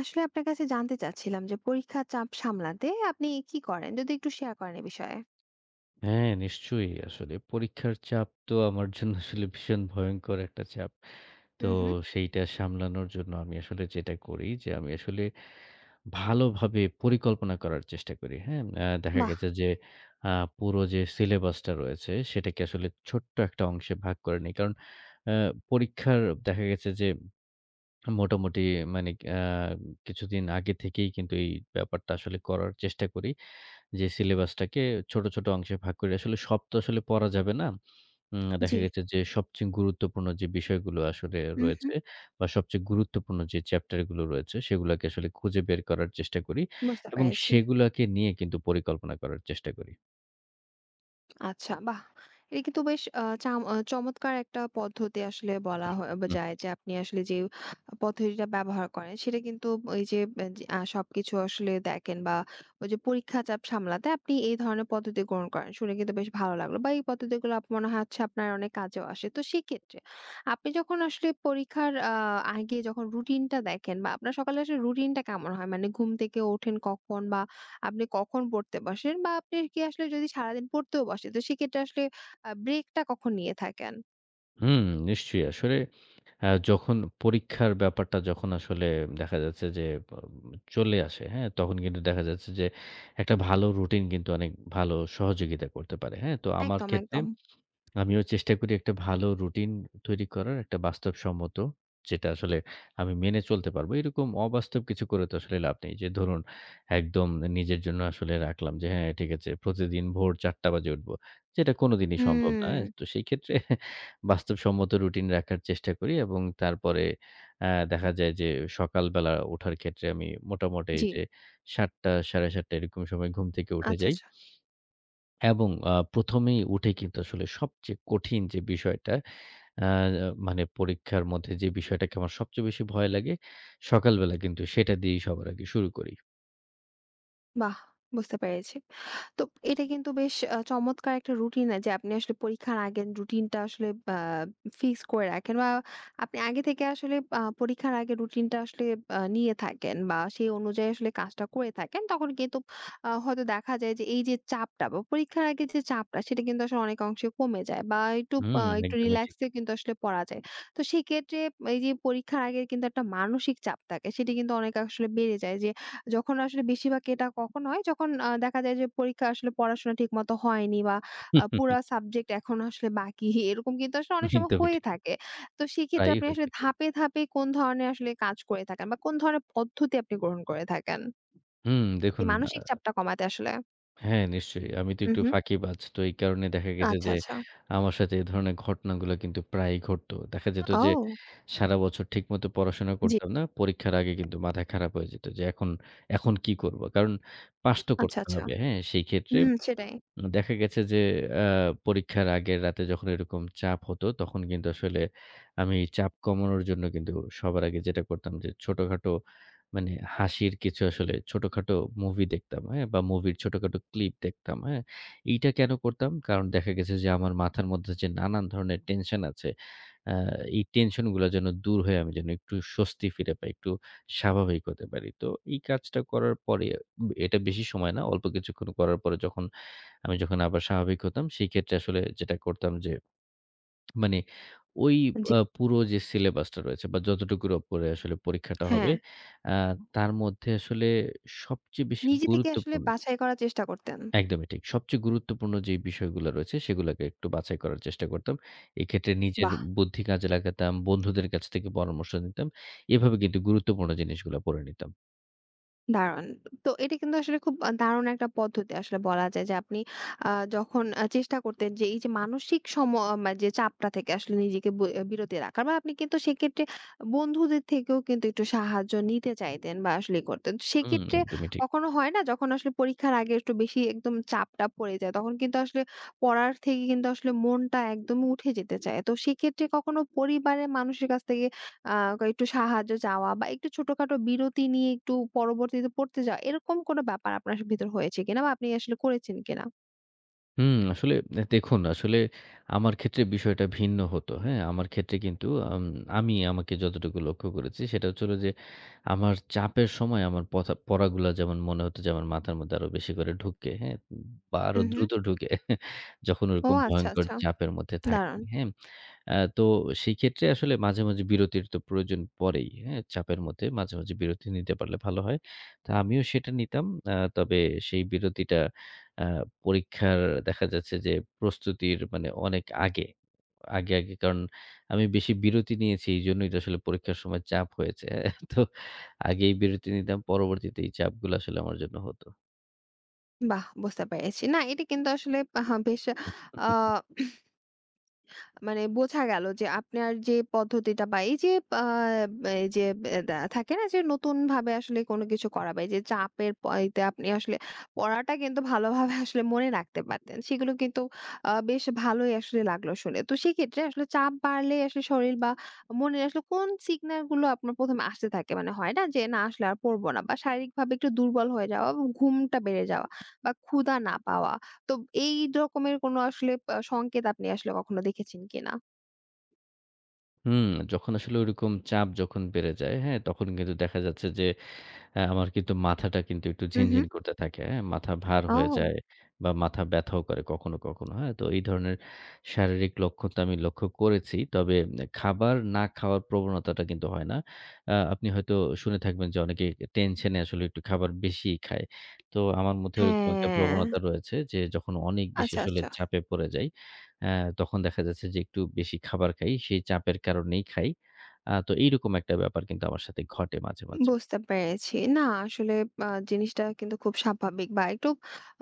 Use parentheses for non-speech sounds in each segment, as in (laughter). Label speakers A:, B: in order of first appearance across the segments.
A: আসলে আপনার কাছে জানতে চাচ্ছিলাম যে পরীক্ষার চাপ সামলাতে আপনি কি করেন? যদি একটু শেয়ার করেন এ বিষয়ে।
B: হ্যাঁ, নিশ্চয়ই। আসলে পরীক্ষার চাপ তো আমার জন্য আসলে ভীষণ ভয়ংকর একটা চাপ।
A: হু,
B: তো
A: হু।
B: সেইটা সামলানোর জন্য আমি আসলে যেটা করি যে, আমি আসলে ভালোভাবে পরিকল্পনা করার চেষ্টা করি। হ্যাঁ? দেখা
A: বাহ!
B: গেছে যে আ পুরো যে সিলেবাসটা রয়েছে সেটাকে আসলে ছোট্ট একটা অংশে ভাগ করে নিই। কারণ আ পরীক্ষার দেখা গেছে যে মোটামুটি মানে আ কিছুদিন আগে থেকেই কিন্তু এই ব্যাপারটা আসলে করার চেষ্টা করি। যে সিলেবাসটাকে ছোট, ছোট অংশে ভাগ করে আসলে সব তো আসলে পড়া যাবে না। দেখা
A: জি।
B: গেছে যে সবচেয়ে গুরুত্বপূর্ণ যে বিষয়গুলো আসলে রয়েছে
A: উহু,
B: বা সবচেয়ে গুরুত্বপূর্ণ যে চ্যাপ্টার গুলো রয়েছে সেগুলাকে আসলে খুঁজে বের করার চেষ্টা করি
A: বুঝতে
B: এবং
A: পেরেছি।
B: সেগুলাকে নিয়ে কিন্তু পরিকল্পনা করার চেষ্টা করি।
A: আচ্ছা, বাহ! এটা কিন্তু বেশ আ চাম আ চমৎকার একটা পদ্ধতি আসলে বলা হয় বা
B: হুম,
A: যায় যে আপনি আসলে যে পদ্ধতিটা ব্যবহার করেন সেটা কিন্তু ওই যে এ যে সবকিছু আসলে দেখেন, বা ওই যে পরীক্ষা চাপ সামলাতে আপনি এই ধরনের পদ্ধতি গ্রহণ করেন। শুনে কিন্তু বেশ ভালো লাগলো, বা এই পদ্ধতিগুলো মনে হয় হচ্ছে আপনার অনেক কাজেও আসে। তো সেক্ষেত্রে আপনি যখন আসলে পরীক্ষার আগে যখন রুটিনটা দেখেন, বা আপনার সকালে আসলে রুটিনটা কেমন হয়? মানে ঘুম থেকে ওঠেন কখন, বা আপনি কখন পড়তে বসেন, বা আপনি কি আসলে যদি সারাদিন পড়তেও বসে, তো সেক্ষেত্রে আসলে ব্রেকটা কখন নিয়ে থাকেন?
B: হুম, নিশ্চয়ই। আসলে যখন পরীক্ষার ব্যাপারটা যখন আসলে দেখা যাচ্ছে যে বা চলে আসে, হ্যাঁ? তখন কিন্তু দেখা যাচ্ছে যে একটা ভালো রুটিন কিন্তু অনেক ভালো সহযোগিতা করতে পারে, হ্যাঁ? তো আমার
A: একদম,
B: ক্ষেত্রে
A: একদম।
B: আমিও চেষ্টা করি একটা ভালো রুটিন তৈরি করার, একটা বাস্তবসম্মত যেটা আসলে আমি মেনে চলতে পারবো। এরকম অবাস্তব কিছু করে তো আসলে লাভ নেই। যে ধরুন একদম নিজের জন্য আসলে রাখলাম যে হ্যাঁ, ঠিক আছে প্রতিদিন ভোর ৪:০০ বাজে উঠবো। যেটা কোনোদিনই সম্ভব
A: হুম,
B: না। হ্যাঁ, তো সেই ক্ষেত্রে (laughs) বাস্তবসম্মত রুটিন রাখার চেষ্টা করি এবং তারপরে আ দেখা যায় যে সকালবেলা ওঠার ক্ষেত্রে আমি মোটামুটি
A: জি।
B: যে ৭:০০ ৭:৩০ এরকম সময় ঘুম থেকে উঠে
A: আচ্ছা,
B: যাই।
A: আচ্ছা।
B: এবং ১ম এই উঠে কিন্তু আসলে সবচেয়ে কঠিন যে বিষয়টা আ মানে পরীক্ষার মধ্যে যে বিষয়টাকে আমার সবচেয়ে বেশি ভয় লাগে, সকালবেলা কিন্তু সেটা দিয়েই সবার আগে শুরু করি।
A: বাহ! বুঝতে পেরেছি। তো এটা কিন্তু বেশ চমৎকার একটা রুটিন যে আপনি আসলে পরীক্ষার আগের রুটিনটা আসলে আ ফিক্স করে রাখেন, বা আপনি আগে থেকে আসলে পরীক্ষার আগে রুটিনটা আসলে নিয়ে থাকেন, বা সেই অনুযায়ী আসলে কাজটা করে থাকেন। তখন কিন্তু হয়তো দেখা যায় যে এই যে চাপটা বা পরীক্ষার আগে যে চাপটা সেটা কিন্তু আসলে অনেক অংশে কমে যায়, বা
B: হুম,
A: একটু
B: একদমই ঠিক।
A: রিল্যাক্সে কিন্তু আসলে পড়া যায়। তো সেক্ষেত্রে এই যে পরীক্ষার আগে কিন্তু একটা মানসিক চাপ থাকে, সেটি কিন্তু অনেক আসলে বেড়ে যায় যে যখন আসলে বেশিরভাগ এটা কখন হয়? যখন দেখা যায় যে পরীক্ষা আসলে পড়াশোনা ঠিকমতো হয়নি, বা পুরা
B: (laughs)
A: সাবজেক্ট এখনো আসলে বাকি (laughs) এরকম কিন্তু আসলে অনেক সময়
B: একদমই
A: হয়ে
B: ঠিক।
A: থাকে। তো সেক্ষেত্রে
B: প্রায়ই
A: আপনি
B: হয়ে
A: আসলে
B: থাকে।
A: ধাপে, ধাপে কোন ধরনের আসলে কাজ করে থাকেন বা কোন ধরনের পদ্ধতি আপনি গ্রহণ করে থাকেন?
B: হুম,
A: এই
B: দেখুন।
A: মানসিক চাপটা কমাতে আসলে?
B: হ্যাঁ, নিশ্চয়ই। আমি তো
A: হুম,
B: একটু
A: হুম।
B: ফাঁকিবাজ। তো এই কারণে দেখা গেছে
A: আচ্ছা,
B: যে
A: আচ্ছা।
B: আমার সাথে এই ধরনের ঘটনাগুলো কিন্তু প্রায়ই ঘটতো। দেখা যেত যে
A: ও!
B: সারা বছর ঠিকমতো পড়াশোনা
A: জি।
B: করতাম না। পরীক্ষার আগে কিন্তু মাথা খারাপ হয়ে যেত যে এখন, এখন কি করব? কারণ পাস তো
A: আচ্ছা,
B: করতে
A: আচ্ছা।
B: হবে। হ্যাঁ? সেই ক্ষেত্রে
A: হুম, সেটাই।
B: দেখা গেছে যে আ পরীক্ষার আগের রাতে যখন এরকম চাপ হতো, তখন কিন্তু আসলে আমি চাপ কমানোর জন্য কিন্তু সবার আগে যেটা করতাম যে ছোটখাটো মানে হাসির কিছু আসলে ছোটখাটো মুভি দেখতাম, হ্যাঁ? বা মুভির ছোটখাটো ক্লিপ দেখতাম, হ্যাঁ? এইটা কেন করতাম? কারণ দেখা গেছে যে আমার মাথার মধ্যে যে নানান ধরনের টেনশন আছে, আ এই টেনশন গুলা যেন দূর হয়ে আমি যেন একটু স্বস্তি ফিরে পাই, একটু স্বাভাবিক হতে পারি। তো এই কাজটা করার পরে, এটা বেশি সময় না, অল্প কিছুক্ষণ করার পরে যখন আমি যখন আবার স্বাভাবিক হতাম, সেই ক্ষেত্রে আসলে যেটা করতাম যে মানে ওই
A: জি।
B: পুরো যে সিলেবাসটা রয়েছে বা যতটুকুর উপরে আসলে পরীক্ষাটা হবে,
A: হ্যাঁ।
B: আ তার মধ্যে আসলে সবচেয়ে বেশি
A: নিজে থেকে আসলে
B: গুরুত্বপূর্ণ
A: বাছাই করার চেষ্টা করতেন।
B: একদমই ঠিক। সবচেয়ে গুরুত্বপূর্ণ যে বিষয়গুলো রয়েছে সেগুলোকে একটু বাছাই করার চেষ্টা করতাম। এক্ষেত্রে নিজের
A: বাহ!
B: বুদ্ধি কাজে লাগাতাম, বন্ধুদের কাছ থেকে পরামর্শ নিতাম। এভাবে কিন্তু গুরুত্বপূর্ণ জিনিসগুলো পড়ে নিতাম।
A: দারুণ। তো এটা কিন্তু আসলে খুব দারুণ একটা পদ্ধতি আসলে বলা যায় যে আপনি আ যখন চেষ্টা করতেন যে এই যে মানসিক সম মা যে চাপটা থেকে আসলে নিজেকে বিরতি রাখার, বা আপনি কিন্তু সেক্ষেত্রে বন্ধুদের থেকেও কিন্তু একটু সাহায্য নিতে চাইতেন, বা আসলে করতেন। তো
B: হুম,
A: সেক্ষেত্রে
B: একদমই ঠিক।
A: কখনো হয় না যখন আসলে পরীক্ষার আগে একটু বেশি একদম চাপটা পড়ে যায়, তখন কিন্তু আসলে পড়ার থেকে কিন্তু আসলে মনটা একদম উঠে যেতে চায়। তো সেক্ষেত্রে কখনো পরিবারের মানুষের কাছ থেকে আ একটু সাহায্য চাওয়া, বা একটু ছোটখাটো বিরতি নিয়ে একটু পরবর্তীতে পড়তে যাওয়া, এরকম কোনো ব্যাপার আপনার ভিতর হয়েছে কিনা বা আপনি আসলে করেছেন কিনা?
B: হুম, আসলে দেখুন, আসলে আমার ক্ষেত্রে বিষয়টা ভিন্ন হতো। হ্যাঁ? আমার ক্ষেত্রে কিন্তু আম আমি আমাকে যতটুকু লক্ষ্য করেছি সেটা হচ্ছে হলো যে, আমার চাপের সময় আমার পথা পড়াগুলা যেমন মনে হতো যে আমার মাথার মধ্যে আরো বেশি করে ঢুকে, হ্যাঁ? বা আরো
A: হুম, হুম।
B: দ্রুত ঢুকে (laughs) যখন
A: ও
B: ওরকম
A: আচ্ছা,
B: ভয়ংকর
A: আচ্ছা।
B: চাপের মধ্যে থাকি,
A: দারুণ!
B: হ্যাঁ? তো সেই ক্ষেত্রে আসলে মাঝে, মাঝে বিরতির তো প্রয়োজন পড়েই, হ্যাঁ? চাপের মধ্যে মাঝে, মাঝে বিরতি নিতে পারলে ভালো হয়। তো আমিও সেটা নিতাম। তবে সেই বিরতিটা আ পরীক্ষার দেখা যাচ্ছে যে প্রস্তুতির মানে অনেক আগে, আগে, আগে কারণ আমি বেশি বিরতি নিয়েছি এইজন্যই তো আসলে পরীক্ষার সময় চাপ হয়েছে। (laughs) তো আগেই বিরতি নিতাম পরবর্তীতে এই চাপগুলো আসলে আমার জন্য হতো।
A: বাহ! বুঝতে পেরেছি। না, এটা কিন্তু আসলে আহা বেশ আ মানে বোঝা গেল যে আপনার যে পদ্ধতিটা বা এই যে আ এই যে এ দা থাকে না যে নতুন ভাবে আসলে কোনো কিছু করা, বা এই যে চাপের প ইতে আপনি আসলে পড়াটা কিন্তু ভালোভাবে আসলে মনে রাখতে পারতেন। সেগুলো কিন্তু বেশ ভালোই আসলে লাগলো শুনে। তো সেক্ষেত্রে আসলে চাপ বাড়লে আসলে শরীর বা মনে আসলে কোন সিগন্যাল গুলো আপনার ১ম এ আসতে থাকে? মানে হয় না যে না আসলে আর পড়বো না বা শারীরিকভাবে একটু দুর্বল হয়ে যাওয়া, বা ঘুমটা বেড়ে যাওয়া, বা ক্ষুধা না পাওয়া। তো এই রকমের কোনো আসলে সংকেত আপনি আসলে কখনো দেখেছেন কিনা?
B: হুম, যখন আসলে ওইরকম চাপ যখন বেড়ে যায়, হ্যাঁ? তখন কিন্তু দেখা যাচ্ছে যে হ্যাঁ, আমার কিন্তু মাথাটা কিন্তু একটু
A: হু, হু।
B: ঝিনঝিন করতে থাকে, হ্যাঁ? মাথা ভার হয়ে
A: ও!
B: যায় বা মাথা ব্যথাও করে কখনো, কখনো, হ্যাঁ? তো এই ধরনের শারীরিক লক্ষণ তো আমি লক্ষ্য করেছি। তবে খাবার না খাওয়ার প্রবণতাটা কিন্তু হয় না। আপনি হয়তো শুনে থাকবেন যে অনেকে টেনশন এ আসলে একটু খাবার বেশিই খায়। তো আমার মধ্যে ওরকম একটা
A: হ্যাঁ।
B: প্রবণতা রয়েছে যে যখন অনেক বেশি
A: আচ্ছা,
B: আসলে
A: আচ্ছা।
B: চাপে পড়ে যাই, অ্যা তখন দেখা যাচ্ছে যে একটু বেশি খাবার খাই। সেই চাপের কারণেই খাই। তো এইরকম একটা ব্যাপার কিন্তু আমার সাথে ঘটে মাঝে, মাঝে।
A: বুঝতে পেরেছি। না আসলে জিনিসটা কিন্তু খুব স্বাভাবিক বা একটু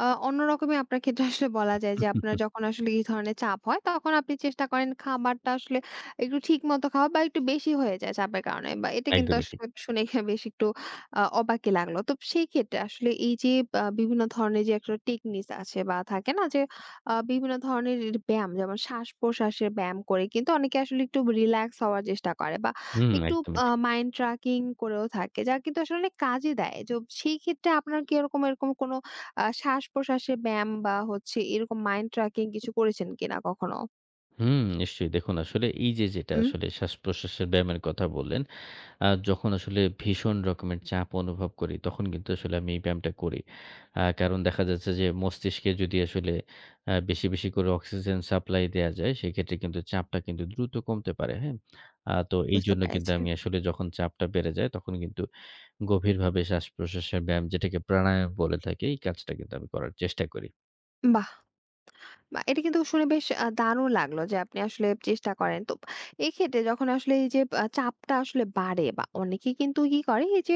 A: অন্যরকমই আপনার ক্ষেত্রে আসলে বলা যায় যে আপনার যখন আসলে এই ধরনের চাপ হয়, তখন আপনি চেষ্টা করেন খাবারটা আসলে একটু ঠিকমতো খাওয়া বা একটু বেশি হয়ে যায় চাপের কারণে, বা এটা কিন্তু
B: একদমই ঠিক।
A: আসলে শুনে (laughs) বেশ একটু অবাকই লাগলো। তো সেই ক্ষেত্রে আসলে এই যে বিভিন্ন ধরনের যে একটা টেকনিকস আছে বা থাকে না যে বিভিন্ন ধরনের ব্যায়াম, যেমন শ্বাস-প্রশ্বাসের ব্যায়াম করে কিন্তু অনেকে আসলে একটু রিল্যাক্স হওয়ার চেষ্টা করে, বা
B: হুম,
A: একটু
B: একদমই ঠিক।
A: মাইন্ড ট্র্যাকিং করেও থাকে। যা কিন্তু আসলে অনেক কাজে দেয়। তো সেই ক্ষেত্রে আপনার কি এরকম, এরকম কোনো শ্বাস-প্রশ্বাসের ব্যায়াম বা হচ্ছে এরকম মাইন্ড ট্র্যাকিং কিছু করেছেন কিনা কখনো?
B: হুম, নিশ্চয়ই। দেখুন আসলে এই যে যেটা
A: হুম।
B: আসলে শ্বাসপ্রশ্বাসের ব্যায়ামের কথা বললেন, যখন আসলে ভীষণ রকমের চাপ অনুভব করি তখন কিন্তু আসলে আমি এই ব্যায়ামটা করি। কারণ দেখা যাচ্ছে যে মস্তিষ্কে যদি আসলে বেশি, বেশি করে অক্সিজেন সাপ্লাই দেয়া যায় সেক্ষেত্রে কিন্তু চাপটা কিন্তু দ্রুত কমতে পারে, হ্যাঁ? তো
A: বুঝতে
B: এইজন্য কিন্তু
A: পেরেছি।
B: আমি আসলে যখন চাপটা বেড়ে যায় তখন কিন্তু গভীরভাবে শ্বাসপ্রশ্বাসের ব্যায়াম যেটাকে প্রাণায়াম বলে থাকি এই কাজটা কিন্তু আমি করার চেষ্টা করি।
A: বাহ! বা এটা কিন্তু শুনে বেশ দারুণ লাগলো যে আপনি আসলে চেষ্টা করেন। তো এক্ষেত্রে যখন আসলে এই যে চাপটা আসলে বাড়ে বা অনেকেই কিন্তু কি করে এই যে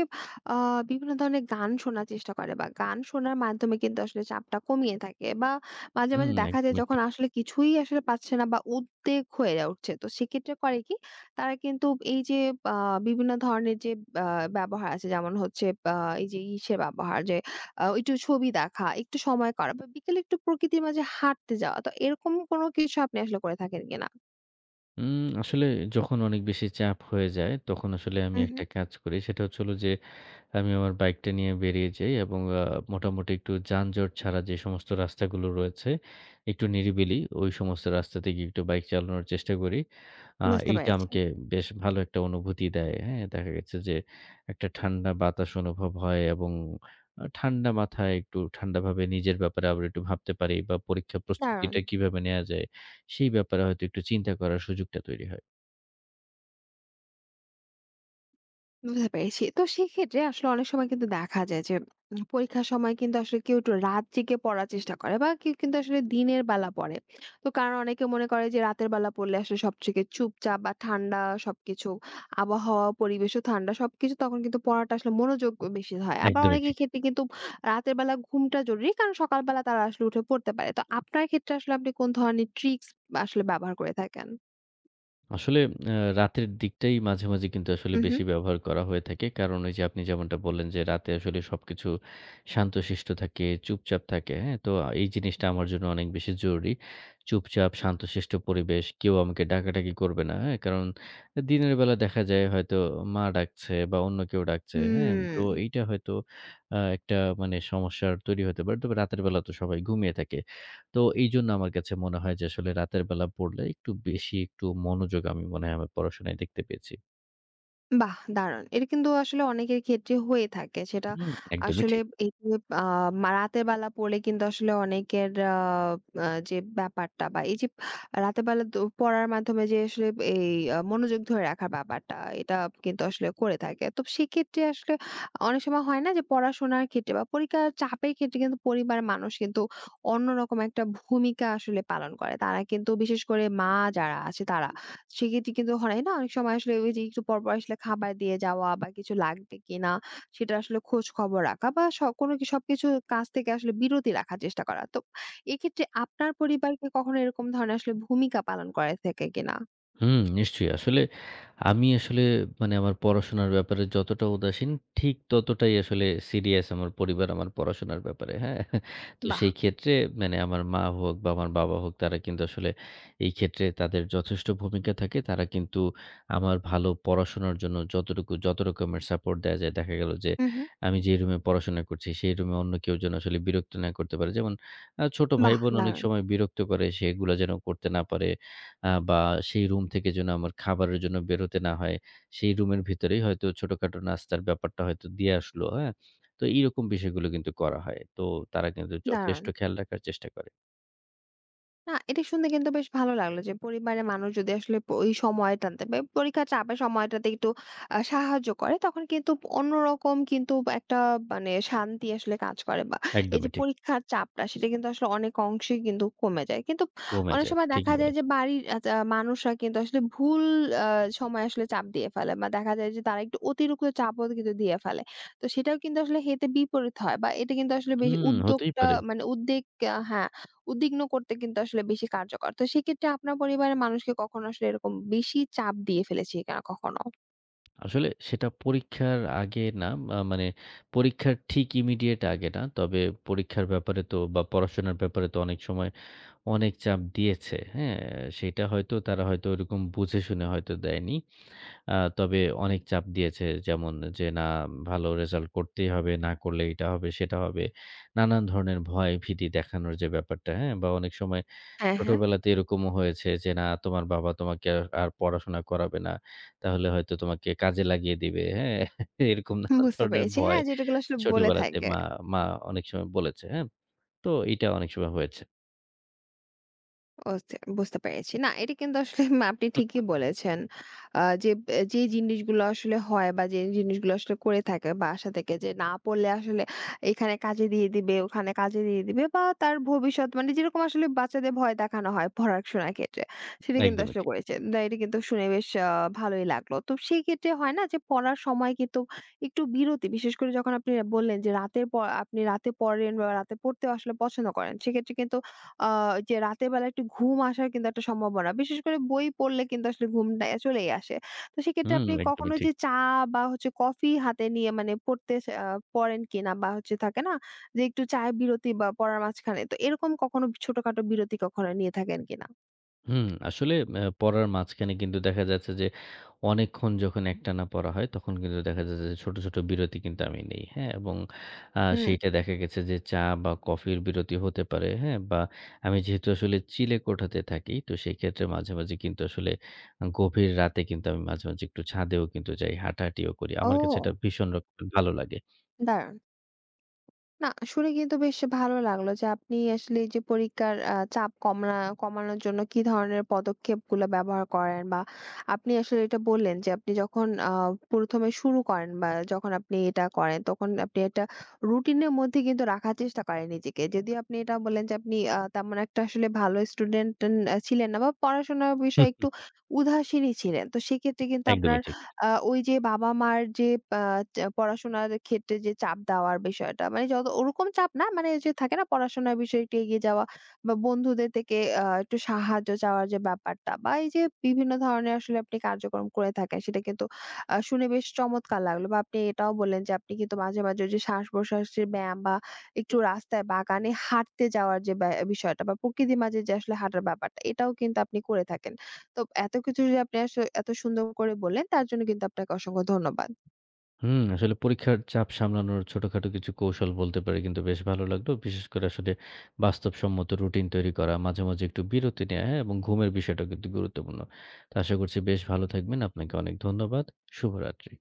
A: আ বিভিন্ন ধরনের গান শোনার চেষ্টা করে, বা গান শোনার মাধ্যমে কিন্তু আসলে চাপটা কমিয়ে থাকে, বা মাঝে, মাঝে
B: হুম,
A: দেখা যায়
B: একদমই
A: যখন
B: ঠিক।
A: আসলে কিছুই আসলে পাচ্ছে না বা উদ্বেগ হয়ে উঠছে। তো সেক্ষেত্রে করে কি তারা কিন্তু এই যে আ বিভিন্ন ধরনের যে আ ব্যবহার আছে, যেমন হচ্ছে আ এই যে ইসের ব্যবহার যে একটু ছবি দেখা, একটু সময় কারা, বা বিকেলে একটু প্রকৃতির মাঝে হাঁটতে যাওয়া। তো এরকম কোনো কিছু আপনি আসলে করে থাকেন কিনা?
B: উম আসলে যখন অনেক বেশি চাপ হয়ে যায়, তখন আসলে আমি
A: উহু।
B: একটা কাজ করি। সেটা হচ্ছে হলো যে, আমি আমার বাইকটা নিয়ে বেরিয়ে যাই এবং মোটামুটি একটু যানজট ছাড়া যে সমস্ত রাস্তাগুলো রয়েছে, একটু নিরিবিলি ওই সমস্ত রাস্তাতে গিয়ে একটু বাইক চালানোর চেষ্টা করি। আ
A: বুঝতে
B: এইটা
A: পেরেছি।
B: আমাকে বেশ ভালো একটা অনুভূতি দেয়। হ্যাঁ? দেখা গেছে যে একটা ঠান্ডা বাতাস অনুভব হয় এবং ঠান্ডা মাথায় একটু ঠান্ডাভাবে নিজের ব্যাপারে আবার একটু ভাবতে পারি বা পরীক্ষার
A: দারুণ!
B: প্রস্তুতিটা কিভাবে নেয়া যায়, সেই ব্যাপারে হয়তো একটু চিন্তা করার সুযোগটা তৈরি হয়।
A: বুঝতে পেরেছি। তো সেক্ষেত্রে আসলে অনেক সময় কিন্তু দেখা যায় যে পরীক্ষার সময় কিন্তু আসলে কেউ একটু রাত জেগে পড়ার চেষ্টা করে, বা কেউ কিন্তু আসলে দিনের বেলা পড়ে। তো কারণ অনেকে মনে করে যে রাতের বেলা পড়লে আসলে সবথেকে চুপচাপ বা ঠান্ডা সবকিছু, আবহাওয়া, পরিবেশও ঠান্ডা, সবকিছু তখন কিন্তু পড়াটা আসলে মনোযোগ বেশি হয়। আবার
B: একদমই
A: অনেকের
B: ঠিক।
A: ক্ষেত্রে কিন্তু রাতের বেলা ঘুমটা জরুরি, কারণ সকালবেলা তারা আসলে উঠে পড়তে পারে। তো আপনার ক্ষেত্রে আসলে আপনি কোন ধরনের ট্রিকস আসলে ব্যবহার করে থাকেন?
B: আসলে আ রাতের দিকটাই মাঝে, মাঝে কিন্তু আসলে
A: হু, হু।
B: বেশি ব্যবহার করা হয়ে থাকে। কারণ ওই যে আপনি যেমনটা বললেন যে রাতে আসলে সবকিছু শান্তশিষ্ট থাকে, চুপচাপ থাকে, হ্যাঁ? তো এই জিনিসটা আমার জন্য অনেক বেশি জরুরি। চুপচাপ শান্তশিষ্ট পরিবেশ, কেউ আমাকে ডাকাডাকি করবে না, হ্যাঁ? কারণ দিনের বেলা দেখা যায় হয়তো মা ডাকছে বা অন্য কেউ ডাকছে, হ্যাঁ? তো
A: উম
B: এইটা হয়তো একটা মানে সমস্যার তৈরি হতে পারে। তবে রাতের বেলা তো সবাই ঘুমিয়ে থাকে। তো এইজন্য আমার কাছে মনে হয় যে আসলে রাতের বেলা পড়লে একটু বেশি একটু মনোযোগ আমি মনে হয় আমার পড়াশোনায় দেখতে পেয়েছি।
A: বাহ! দারুণ। এটা কিন্তু আসলে অনেকের ক্ষেত্রে হয়ে থাকে। সেটা
B: হুম, একদমই
A: আসলে
B: ঠিক।
A: এই যে আ মা রাতের বেলা পড়লে কিন্তু আসলে অনেকের আ আ যে ব্যাপারটা বা এই যে রাতের বেলা তো পড়ার মাধ্যমে যে আসলে এই মনোযোগ ধরে রাখার ব্যাপারটা, এটা কিন্তু আসলে করে থাকে। তো সেক্ষেত্রে আসলে অনেক সময় হয় না যে পড়াশোনার ক্ষেত্রে বা পরীক্ষার চাপের ক্ষেত্রে কিন্তু পরিবারের মানুষ কিন্তু অন্যরকম একটা ভূমিকা আসলে পালন করে। তারা কিন্তু বিশেষ করে মা যারা আছে তারা। সেক্ষেত্রে কিন্তু হয় না অনেক সময় আসলে ওই যে একটু পরপর আসলে খাবার দিয়ে যাওয়া বা কিছু লাগবে কিনা সেটা আসলে খোঁজ খবর রাখা, বা কোনো কি সবকিছু কাজ থেকে আসলে বিরতি রাখার চেষ্টা করা। তো এক্ষেত্রে আপনার পরিবার কি কখনো এরকম ধরনের আসলে ভূমিকা পালন করে থাকে কিনা?
B: হুম, নিশ্চয়ই। আসলে আমি আসলে মানে আমার পড়াশোনার ব্যাপারে যতটা উদাসীন, ঠিক ততটাই আসলে সিরিয়াস আমার পরিবার আমার পড়াশোনার ব্যাপারে, হ্যাঁ? (laughs) তো
A: বাহ!
B: সেই ক্ষেত্রে মানে আমার মা হোক বা আমার বাবা হোক তারা কিন্তু আসলে এই ক্ষেত্রে তাদের যথেষ্ট ভূমিকা থাকে। তারা কিন্তু আমার ভালো পড়াশোনার জন্য যতটুকু যত রকমের সাপোর্ট দেয়া যায়, দেখা গেল যে
A: হু, হু।
B: আমি যে রুমে পড়াশোনা করছি সেই রুমে অন্য কেউ যেন আসলে বিরক্ত না করতে পারে। যেমন ছোট
A: বাহ!
B: ভাই-বোন অনেক
A: দারুণ,
B: সময় বিরক্ত করে সেগুলা যেন করতে না পারে। বা সেই রুম থেকে যেন আমার খাবারের জন্য বেরোতে না হয়। সেই রুমের ভিতরেই হয়তো ছোটখাটো নাস্তার ব্যাপারটা হয়তো দিয়ে আসলো, হ্যাঁ? তো এইরকম বিষয়গুলো কিন্তু করা হয়। তো তারা কিন্তু
A: দারুণ।
B: যথেষ্ট খেয়াল রাখার চেষ্টা করে।
A: না, এটা শুনে কিন্তু বেশ ভালো লাগলো যে পরিবারের মানুষ যদি আসলে ওই সময়টাতে বা পরীক্ষার চাপের সময়টাতে একটু সাহায্য করে, তখন কিন্তু অন্যরকম কিন্তু একটা মানে শান্তি আসলে কাজ করে, বা এই যে
B: একদমই ঠিক।
A: পরীক্ষার চাপটা সেটা কিন্তু আসলে অনেক অংশেই কিন্তু কমে যায়। কিন্তু
B: কমে
A: অনেক
B: যায়।
A: সময় দেখা
B: ঠিকই
A: যায় যে
B: বলেছেন।
A: বাড়ির আ চা মানুষরা কিন্তু আসলে ভুল আ সময়ে আসলে চাপ দিয়ে ফেলে, বা দেখা যায় যে তারা একটু অতিরিক্ত চাপও কিন্তু দিয়ে ফেলে। তো সেটাও কিন্তু আসলে হিতে বিপরীত হয়, বা এটা কিন্তু আসলে বেশ
B: হুম, হতেই
A: উদ্যোগটা
B: পারে।
A: মানে উদ্বেগ হ্যাঁ। উদ্বিগ্ন করতে কিন্তু আসলে বেশি কার্যকর। তো সেক্ষেত্রে আপনার পরিবারের মানুষকে কখনো আসলে এরকম বেশি চাপ দিয়ে ফেলেছে কিনা কখনো?
B: আসলে সেটা পরীক্ষার আগে না মানে পরীক্ষার ঠিক ইমিডিয়েট আগে না। তবে পরীক্ষার ব্যাপারে তো বা পড়াশোনার ব্যাপারে তো অনেক সময় অনেক চাপ দিয়েছে, হ্যাঁ? সেটা হয়তো তারা হয়তো ওরকম বুঝে শুনে হয়তো দেয়নি। তবে অনেক চাপ দিয়েছে। যেমন যে না ভালো রেজাল্ট করতেই হবে, না করলে এটা হবে, সেটা হবে। নানান ধরনের ভয়-ভীতি দেখানোর যে ব্যাপারটা, হ্যাঁ? বা অনেক সময়
A: হ্যাঁ, হ্যাঁ।
B: ছোটবেলাতে এরকমও হয়েছে যে না তোমার বাবা তোমাকে আর আর পড়াশোনা করাবে না। তাহলে হয়তো তোমাকে কাজে লাগিয়ে দিবে, হ্যাঁ? (laughs) এরকম নানান
A: বুঝতে
B: ধরনের
A: পেরেছি।
B: ভয়
A: হ্যাঁ, যেটাগুলো আসলে বলে
B: ছোটবেলাতে
A: থাকে।
B: মা মা অনেক সময় বলেছে, হ্যাঁ? তো এইটা অনেক সময় হয়েছে।
A: বুঝতে বুঝতে পেরেছি। না, এটা কিন্তু আসলে (laughs) আপনি ঠিকই বলেছেন। যে যে জিনিসগুলো আসলে হয় বা যে জিনিসগুলো আসলে করে থাকে বাসা থেকে, যে না পড়লে আসলে এখানে কাজে দিয়ে দিবে, ওখানে কাজে দিয়ে দিবে, বা তার ভবিষ্যৎ মানে যেরকম আসলে বাচ্চাদের ভয় দেখানো হয় পড়াশোনার ক্ষেত্রে, সেটা কিন্তু
B: একদমই
A: আসলে
B: ঠিক।
A: করেছে। না, এটা কিন্তু শুনে বেশ ভালোই লাগলো। তো সেই ক্ষেত্রে হয় না যে পড়ার সময় কিন্তু একটু বিরতি, বিশেষ করে যখন আপনি বললেন যে রাতের পর আপনি রাতে পড়েন বা রাতে পড়তেও আসলে পছন্দ করেন। সেক্ষেত্রে কিন্তু আ যে রাতের বেলা একটু ঘুম আসার কিন্তু একটা সম্ভাবনা। বিশেষ করে বই পড়লে কিন্তু আসলে ঘুমটা চলেই আসে। তো সেক্ষেত্রে
B: হুম,
A: আপনি কখনো
B: একদমই
A: যে
B: ঠিক।
A: চা বা হচ্ছে কফি হাতে নিয়ে মানে পড়তে সে আ পড়েন কিনা, বা হচ্ছে থাকে না যে একটু চায়ের বিরতি বা পড়ার মাঝখানে। তো এরকম কখনো ছোটখাটো বিরতি কখনো নিয়ে থাকেন কিনা?
B: হুম, আসলে পড়ার মাঝখানে কিন্তু দেখা যাচ্ছে যে অনেকক্ষণ যখন একটানা পড়া হয় তখন কিন্তু দেখা যাচ্ছে যে ছোট, ছোট বিরতি কিন্তু আমি নেই। হ্যাঁ? এবং
A: হুম।
B: সেইটা দেখা গেছে যে চা বা কফির বিরতি হতে পারে। হ্যাঁ? বা আমি যেহেতু আসলে চিলে কোঠাতে থাকি তো সেক্ষেত্রে মাঝে, মাঝে কিন্তু আসলে গভীর রাতে কিন্তু আমি মাঝে, মাঝে একটু ছাদেও কিন্তু যাই, হাঁটাহাঁটিও করি। আমার কাছে এটা
A: ও,
B: ভীষণ রকমের ভালো লাগে।
A: দারুণ! না, শুনে কিন্তু বেশ ভালো লাগলো যে আপনি আসলে এই যে পরীক্ষার চাপ কমানোর জন্য কি ধরনের পদক্ষেপগুলো ব্যবহার করেন, বা আপনি আসলে এটা বললেন যে আপনি যখন ১ম এ শুরু করেন বা যখন আপনি এটা করেন, তখন আপনি একটা রুটিনের মধ্যে কিন্তু রাখার চেষ্টা করেন নিজেকে। যদিও আপনি এটা বললেন যে আপনি তেমন একটা আসলে ভালো স্টুডেন্ট ছিলেন না বা পড়াশোনার বিষয়ে একটু
B: হুম,
A: উদাসীনই ছিলেন। তো সেক্ষেত্রে কিন্তু আপনার
B: একদমই ঠিক।
A: ওই যে বাবা-মার যে পা চা পড়াশোনার ক্ষেত্রে যে চাপ দেওয়ার বিষয়টা, মানে যত ওরকম চাপ, না মানে ওই যে থাকে না পড়াশোনার বিষয়ে একটু এগিয়ে যাওয়া, বা বন্ধুদের থেকে একটু সাহায্য চাওয়ার যে ব্যাপারটা, বা এই যে বিভিন্ন ধরনের আসলে আপনি কার্যক্রম করে থাকেন, সেটা কিন্তু শুনে বেশ চমৎকার লাগলো, বা আপনি এটাও বললেন যে আপনি কিন্তু মাঝে, মাঝে ওই যে শ্বাস-প্রশ্বাসের ব্যায়াম, বা একটু রাস্তায় বাগানে হাঁটতে যাওয়ার যে বিষয়টা, বা প্রকৃতির মাঝে যে আসলে হাঁটার ব্যাপারটা, এটাও কিন্তু আপনি করে থাকেন। তো এত কিছু যে আপনি এত সুন্দর করে বললেন, তার জন্য কিন্তু আপনাকে অসংখ্য ধন্যবাদ।
B: হুম, আসলে পরীক্ষার চাপ সামলানোর ছোটখাটো কিছু কৌশল বলতে পারি কিন্তু বেশ ভালো লাগলো। বিশেষ করে আসলে বাস্তবসম্মত রুটিন তৈরি করা, মাঝে, মাঝে একটু বিরতি নেয়া হ্যাঁ? এবং ঘুমের বিষয়টাও কিন্তু গুরুত্বপূর্ণ। তো আশা করছি বেশ ভালো থাকবেন। আপনাকে অনেক ধন্যবাদ। শুভরাত্রি।